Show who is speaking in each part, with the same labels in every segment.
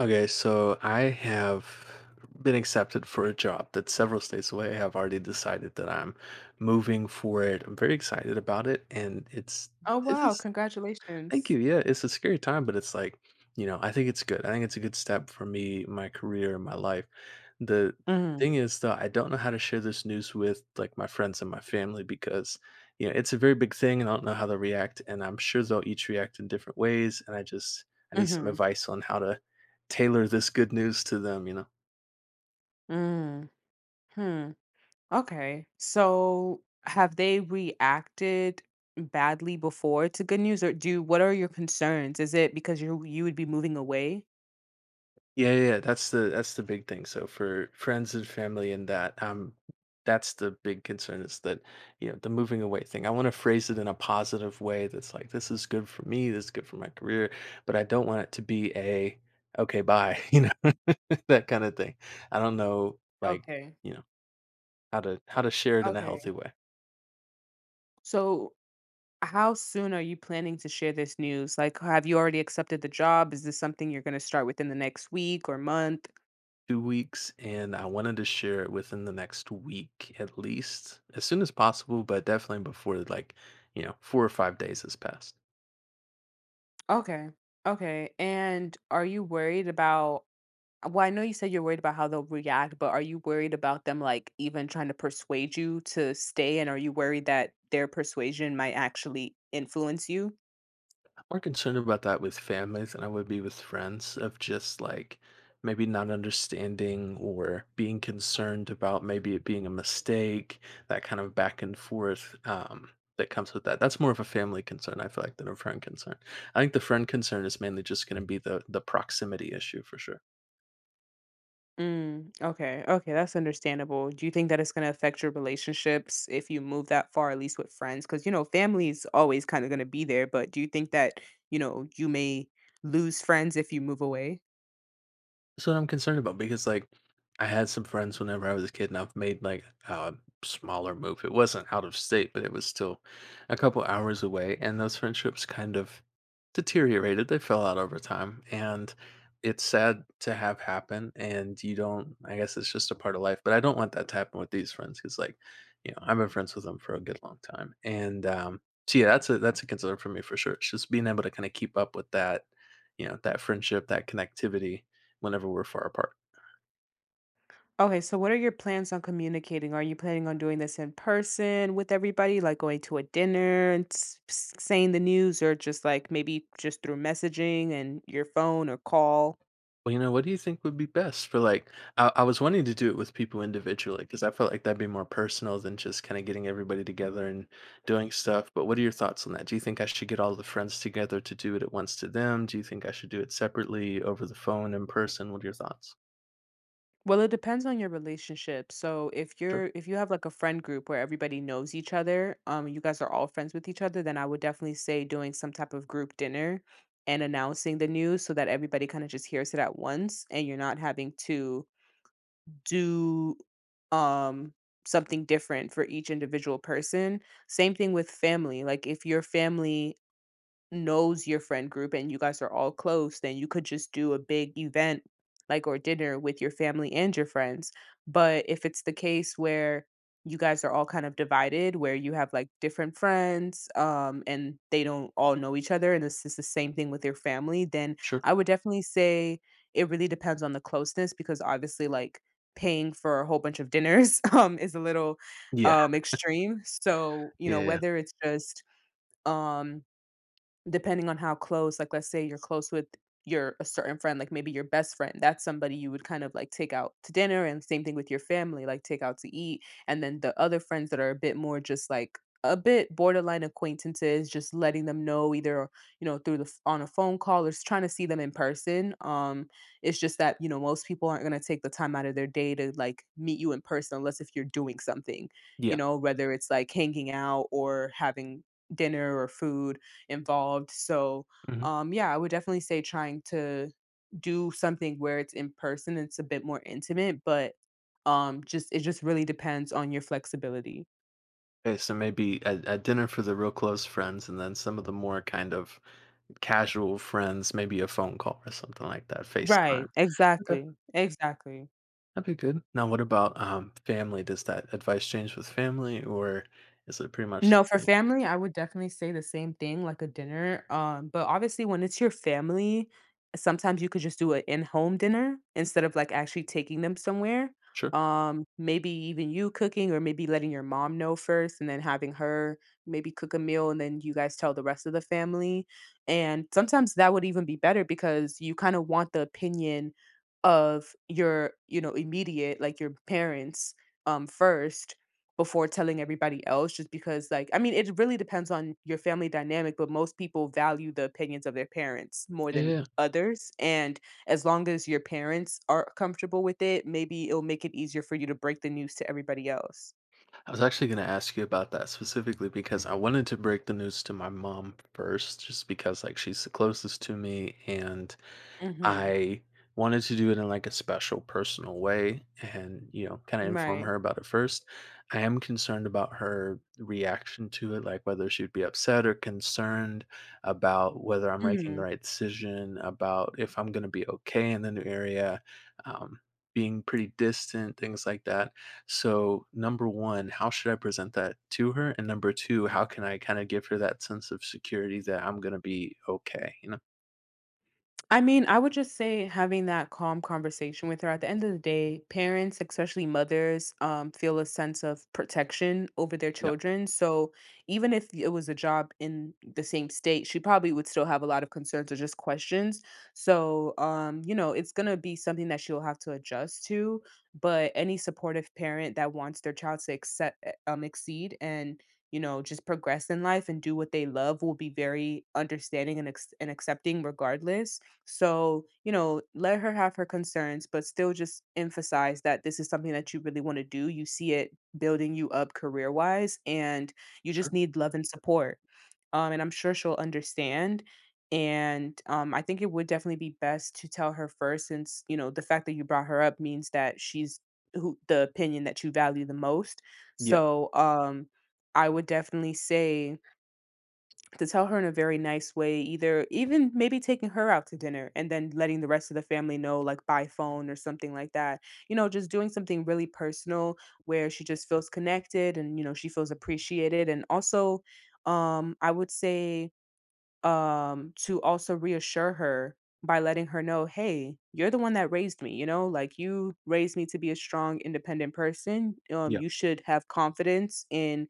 Speaker 1: Okay, so I have been accepted for a job that's several states away. I've already decided that I'm moving for it. I'm very excited about it, and it's
Speaker 2: Oh,
Speaker 1: this
Speaker 2: wow,
Speaker 1: is Thank
Speaker 2: congratulations.
Speaker 1: you. Yeah, it's a scary time, but it's like, you know, I think it's good. I think it's a good step for me, my career, my life. The
Speaker 2: Mhm,
Speaker 1: thing is, though, I don't know how to share this news with like my friends and my family because, it's a very big thing and I don't know how they'll react. And I'm sure they'll each react in different ways. I need some
Speaker 2: mhm,
Speaker 1: advice on how to tailor this good news to them, you know?
Speaker 2: mm, hmm, okay. So, have they reacted badly before to good news, or do what are your concerns? Is it because you would be moving away?
Speaker 1: Yeah, yeah, yeah, that's the big thing. So for friends and family and that, that's the big concern is that, the moving away thing. I want to phrase it in a positive way that's like, this is good for me, this is good for my career, but I don't want it to be a okay, bye, you know, that kind of thing. I don't know like,
Speaker 2: Okay,
Speaker 1: you know, how to share it in a healthy
Speaker 2: okay.
Speaker 1: way.
Speaker 2: So, how soon are you planning to share this news? Like, have you already accepted the job? Is this something you're gonna start within the next week or month?
Speaker 1: Two weeks, and I wanted to share it within the next week at least, as soon as possible, but definitely before four or five days has passed.
Speaker 2: Okay, okay. And are you worried about, well, I know you said you're worried about how they'll react, but are you worried about them, like, even trying to persuade you to stay? And are you worried that their persuasion might actually influence you?
Speaker 1: More concerned about that with families than I would be with friends, of just like maybe not understanding or being concerned about maybe it being a mistake, that kind of back and forth, that comes with that. That's more of a family concern, I feel like, than a friend concern. I think the friend concern is mainly just going to be the proximity issue for sure.
Speaker 2: Okay. Okay. That's understandable. Do you think that it's going to affect your relationships if you move that far, at least with friends? Because, you know, family's always kind of going to be there, but do you think that, you know, you may lose friends if you move away?
Speaker 1: So I'm concerned about because, like, I had some friends whenever I was a kid, and I've made like a smaller move. It wasn't out of state, but it was still a couple hours away, and those friendships kind of deteriorated. They fell out over time, and it's sad to have happen. And you don't, I guess it's just a part of life. But I don't want that to happen with these friends because, I've been friends with them for a good long time, and so yeah, that's a concern for me for sure. It's just being able to kind of keep up with that, that friendship, that connectivity whenever we're far apart.
Speaker 2: Okay, so what are your plans on communicating? Are you planning on doing this in person with everybody, like going to a dinner and saying the news, or just like maybe just through messaging and your phone or call?
Speaker 1: Well, you know, what do you think would be best for like? I was wanting to do it with people individually because I felt like that'd be more personal than just kind of getting everybody together and doing stuff. But what are your thoughts on that? Do you think I should get all the friends together to do it at once to them? Do you think I should do it separately over the phone in person? What are your thoughts?
Speaker 2: Well, it depends on your relationship. So if
Speaker 1: Sure,
Speaker 2: you're if you have like a friend group where everybody knows each other, you guys are all friends with each other, then I would definitely say doing some type of group dinner and announcing the news so that everybody kind of just hears it at once and you're not having to do um something different for each individual person. Same thing with family. Like if your family knows your friend group and you guys are all close, then you could just do a big event like or dinner with your family and your friends. But if it's the case where you guys are all kind of divided where you have like different friends and they don't all know each other and this is the same thing with your family, then
Speaker 1: sure.
Speaker 2: I would definitely say it really depends on the closeness because obviously like paying for a whole bunch of dinners is a little
Speaker 1: Yeah,
Speaker 2: extreme. So, you
Speaker 1: yeah,
Speaker 2: know,
Speaker 1: yeah,
Speaker 2: whether it's just um depending on how close, like, let's say you're close with your a certain friend, like maybe your best friend, that's somebody you would kind of like take out to dinner, and same thing with your family, like take out to eat. And then the other friends that are a bit more just like a bit borderline acquaintances, just letting them know either, you know, through the on a phone call or just trying to see them in person. It's just that, you know, most people aren't gonna take the time out of their day to like meet you in person unless if you're doing something, you
Speaker 1: yeah.
Speaker 2: know, whether it's like hanging out or having dinner or food involved. So,
Speaker 1: Hmm.
Speaker 2: yeah, I would definitely say trying to do something where it's in person. It's a bit more intimate, but just it just really depends on your flexibility.
Speaker 1: Okay, so maybe a dinner for the real close friends, and then some of the more kind of casual friends, maybe a phone call or something like that, FaceTime.
Speaker 2: Right. Exactly. Exactly.
Speaker 1: That'd be good. Now, what about family? Does that advice change with family, or is it pretty much
Speaker 2: No, for
Speaker 1: the same?
Speaker 2: family, I would definitely say the same thing, like a dinner. But obviously, when it's your family, sometimes you could just do an in-home dinner instead of like actually taking them somewhere.
Speaker 1: Sure.
Speaker 2: Maybe even you cooking, or maybe letting your mom know first, and then having her maybe cook a meal, and then you guys tell the rest of the family. And sometimes that would even be better because you kind of want the opinion of your, you know, immediate, like your parents, first before telling everybody else just because like I mean it really depends on your family dynamic but most people value the opinions of their parents more
Speaker 1: Yeah,
Speaker 2: than
Speaker 1: yeah.
Speaker 2: others and as long as your parents are comfortable with it maybe it'll make it easier for you to break the news to everybody else.
Speaker 1: I was actually going to ask you about that specifically because I wanted to break the news to my mom first, just because like she's the closest to me, and
Speaker 2: Mhm.
Speaker 1: I wanted to do it in, like, a special personal way and, you know, kinda inform
Speaker 2: Right.
Speaker 1: her about it first. I am concerned about her reaction to it, like, whether she'd be upset or concerned about whether I'm making the
Speaker 2: Mhm.
Speaker 1: right decision, about if I'm gonna be okay in the new area, um, being pretty distant, things like that. So, number 1, how should I present that to her? And number 2, how can I kinda give her that sense of security that I'm gonna be okay, you know?
Speaker 2: I mean, I would just say having that calm conversation with her. At the end of the day, parents, especially mothers, feel a sense of protection over their
Speaker 1: Yeah.
Speaker 2: children. So even if it was a job in the same state, she probably would still have a lot of concerns or just questions. So, you know, it's gonna be something that she'll have to adjust to. But any supportive parent that wants their child to accept, exceed and you know, just progress in life and do what they love will be very understanding and, and accepting regardless. So, you know, let her have her concerns, but still just emphasize that this is something that you really want to do. You see it building you up career wise, and you just
Speaker 1: Sure.
Speaker 2: need love and support. And I'm sure she'll understand. And I think it would definitely be best to tell her first, since, you know, the fact that you brought her up means that she's who the opinion that you value the most.
Speaker 1: Yeah.
Speaker 2: So I would definitely say to tell her in a very nice way, either even maybe taking her out to dinner and then letting the rest of the family know, like by phone or something like that. You know, just doing something really personal where she just feels connected and, you know, she feels appreciated. And also, I would say to also reassure her by letting her know, hey, you're the one that raised me, you know, like you raised me to be a strong, independent person.
Speaker 1: Yeah.
Speaker 2: You should have confidence in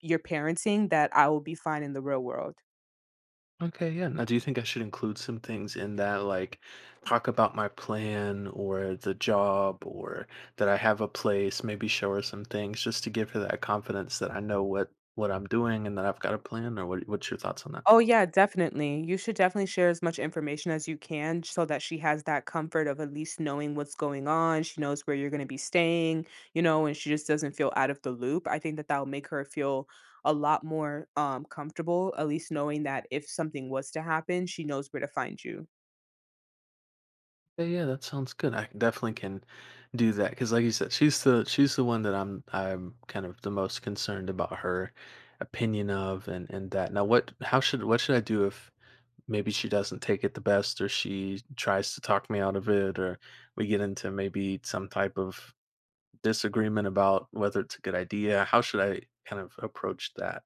Speaker 2: your parenting that I will be fine in the real world.
Speaker 1: Okay, yeah. Now, do you think I should include some things in that, like talk about my plan or the job or that I have a place, maybe show her some things just to give her that confidence that I know what I'm doing and that I've got a plan, or what's your thoughts on that?
Speaker 2: Oh, yeah, definitely. You should definitely share as much information as you can so that she has that comfort of at least knowing what's going on. She knows where you're going to be staying, you know, and she just doesn't feel out of the loop. I think that that'll make her feel a lot more comfortable, at least knowing that if something was to happen, she knows where to find you.
Speaker 1: Yeah, yeah, that sounds good. I definitely can do that because, like you said, she's the one that I'm kind of the most concerned about her opinion of, and that. Now, what should I do if maybe she doesn't take it the best, or she tries to talk me out of it, or we get into maybe some type of disagreement about whether it's a good idea? How should I kind of approach that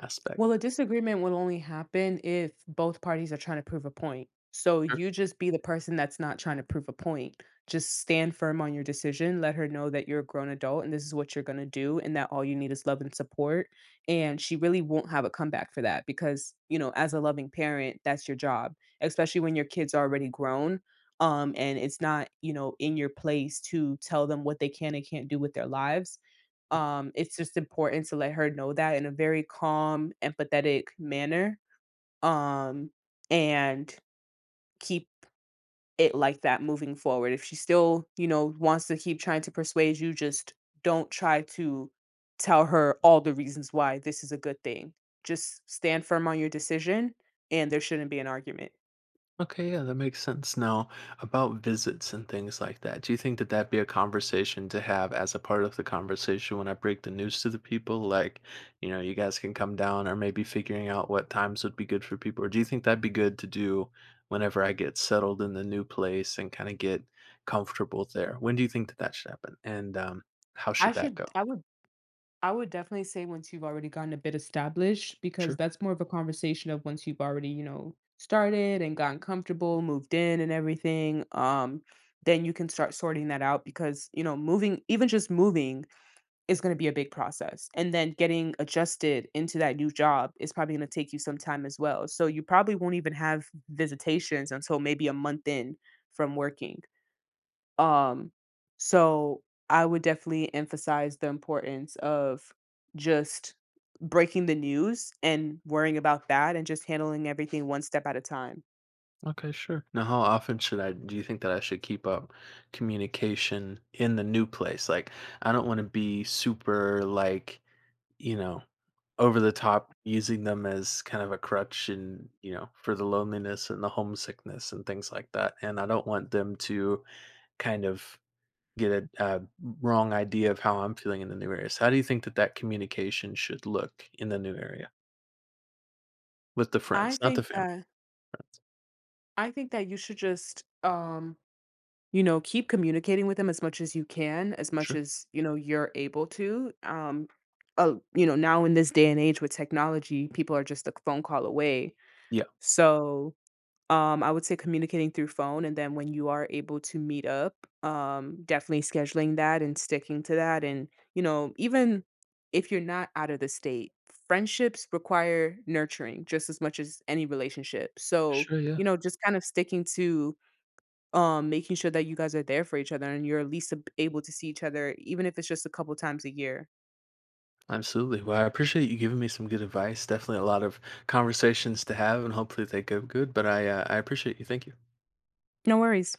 Speaker 1: aspect?
Speaker 2: Well, a disagreement will only happen if both parties are trying to prove a point. So you just be the person that's not trying to prove a point. Just stand firm on your decision. Let her know that you're a grown adult and this is what you're going to do, and that all you need is love and support. And she really won't have a comeback for that because, you know, as a loving parent, that's your job, especially when your kids are already grown. And it's not, you know, in your place to tell them what they can and can't do with their lives, it's just important to let her know that in a very calm, empathetic manner, um, and keep it like that moving forward. If she still, you know, wants to keep trying to persuade you, just don't try to tell her all the reasons why this is a good thing. Just stand firm on your decision, and there shouldn't be an argument.
Speaker 1: Okay, yeah, that makes sense. Now, about visits and things like that, do you think that that'd be a conversation to have as a part of the conversation when I break the news to the people? Like, you know, you guys can come down, or maybe figuring out what times would be good for people. Or do you think that'd be good to do whenever I get settled in the new place and kind of get comfortable there? When do you think that that should happen? And How
Speaker 2: I
Speaker 1: should that
Speaker 2: should
Speaker 1: go?
Speaker 2: I would I would definitely say once you've already gotten a bit established, because
Speaker 1: Sure.
Speaker 2: that's more of a conversation of once you've already, you know, started and gotten comfortable, moved in and everything. Then you can start sorting that out because, you know, even just moving is going to be a big process. And then getting adjusted into that new job is probably going to take you some time as well. So you probably won't even have visitations until maybe a month in from working. Um, so I would definitely emphasize the importance of just breaking the news and worrying about that and just handling everything one step at a time.
Speaker 1: Okay, sure. Now, how often should I do you think that I should keep up communication in the new place? Like, I don't want to be super, like, you know, over the top using them as kind of a crutch and, you know, for the loneliness and the homesickness and things like that. And I don't want them to kind of get a, wrong idea of how I'm feeling in the new area. So, how do you think that that communication should look in the new area with the
Speaker 2: I
Speaker 1: friends, not the
Speaker 2: think
Speaker 1: family,
Speaker 2: that
Speaker 1: friends?
Speaker 2: I think that you should just you know keep communicating with them as much as you can as much
Speaker 1: Sure.
Speaker 2: as you know you're able to you know, now in this day and age with technology people are just a phone call away,
Speaker 1: Yeah.
Speaker 2: so I would say communicating through phone, and then when you are able to meet up, definitely scheduling that and sticking to that. And, you know, even if you're not out of the state, friendships require nurturing just as much as any relationship. So,
Speaker 1: Sure. Yeah.
Speaker 2: you know, just kind of sticking to making sure that you guys are there for each other and you're at least able to see each other even if it's just a couple times a year.
Speaker 1: Absolutely. Well, I appreciate you giving me some good advice. Definitely a lot of conversations to have, and hopefully they go good. But I appreciate you. Thank you.
Speaker 2: No worries.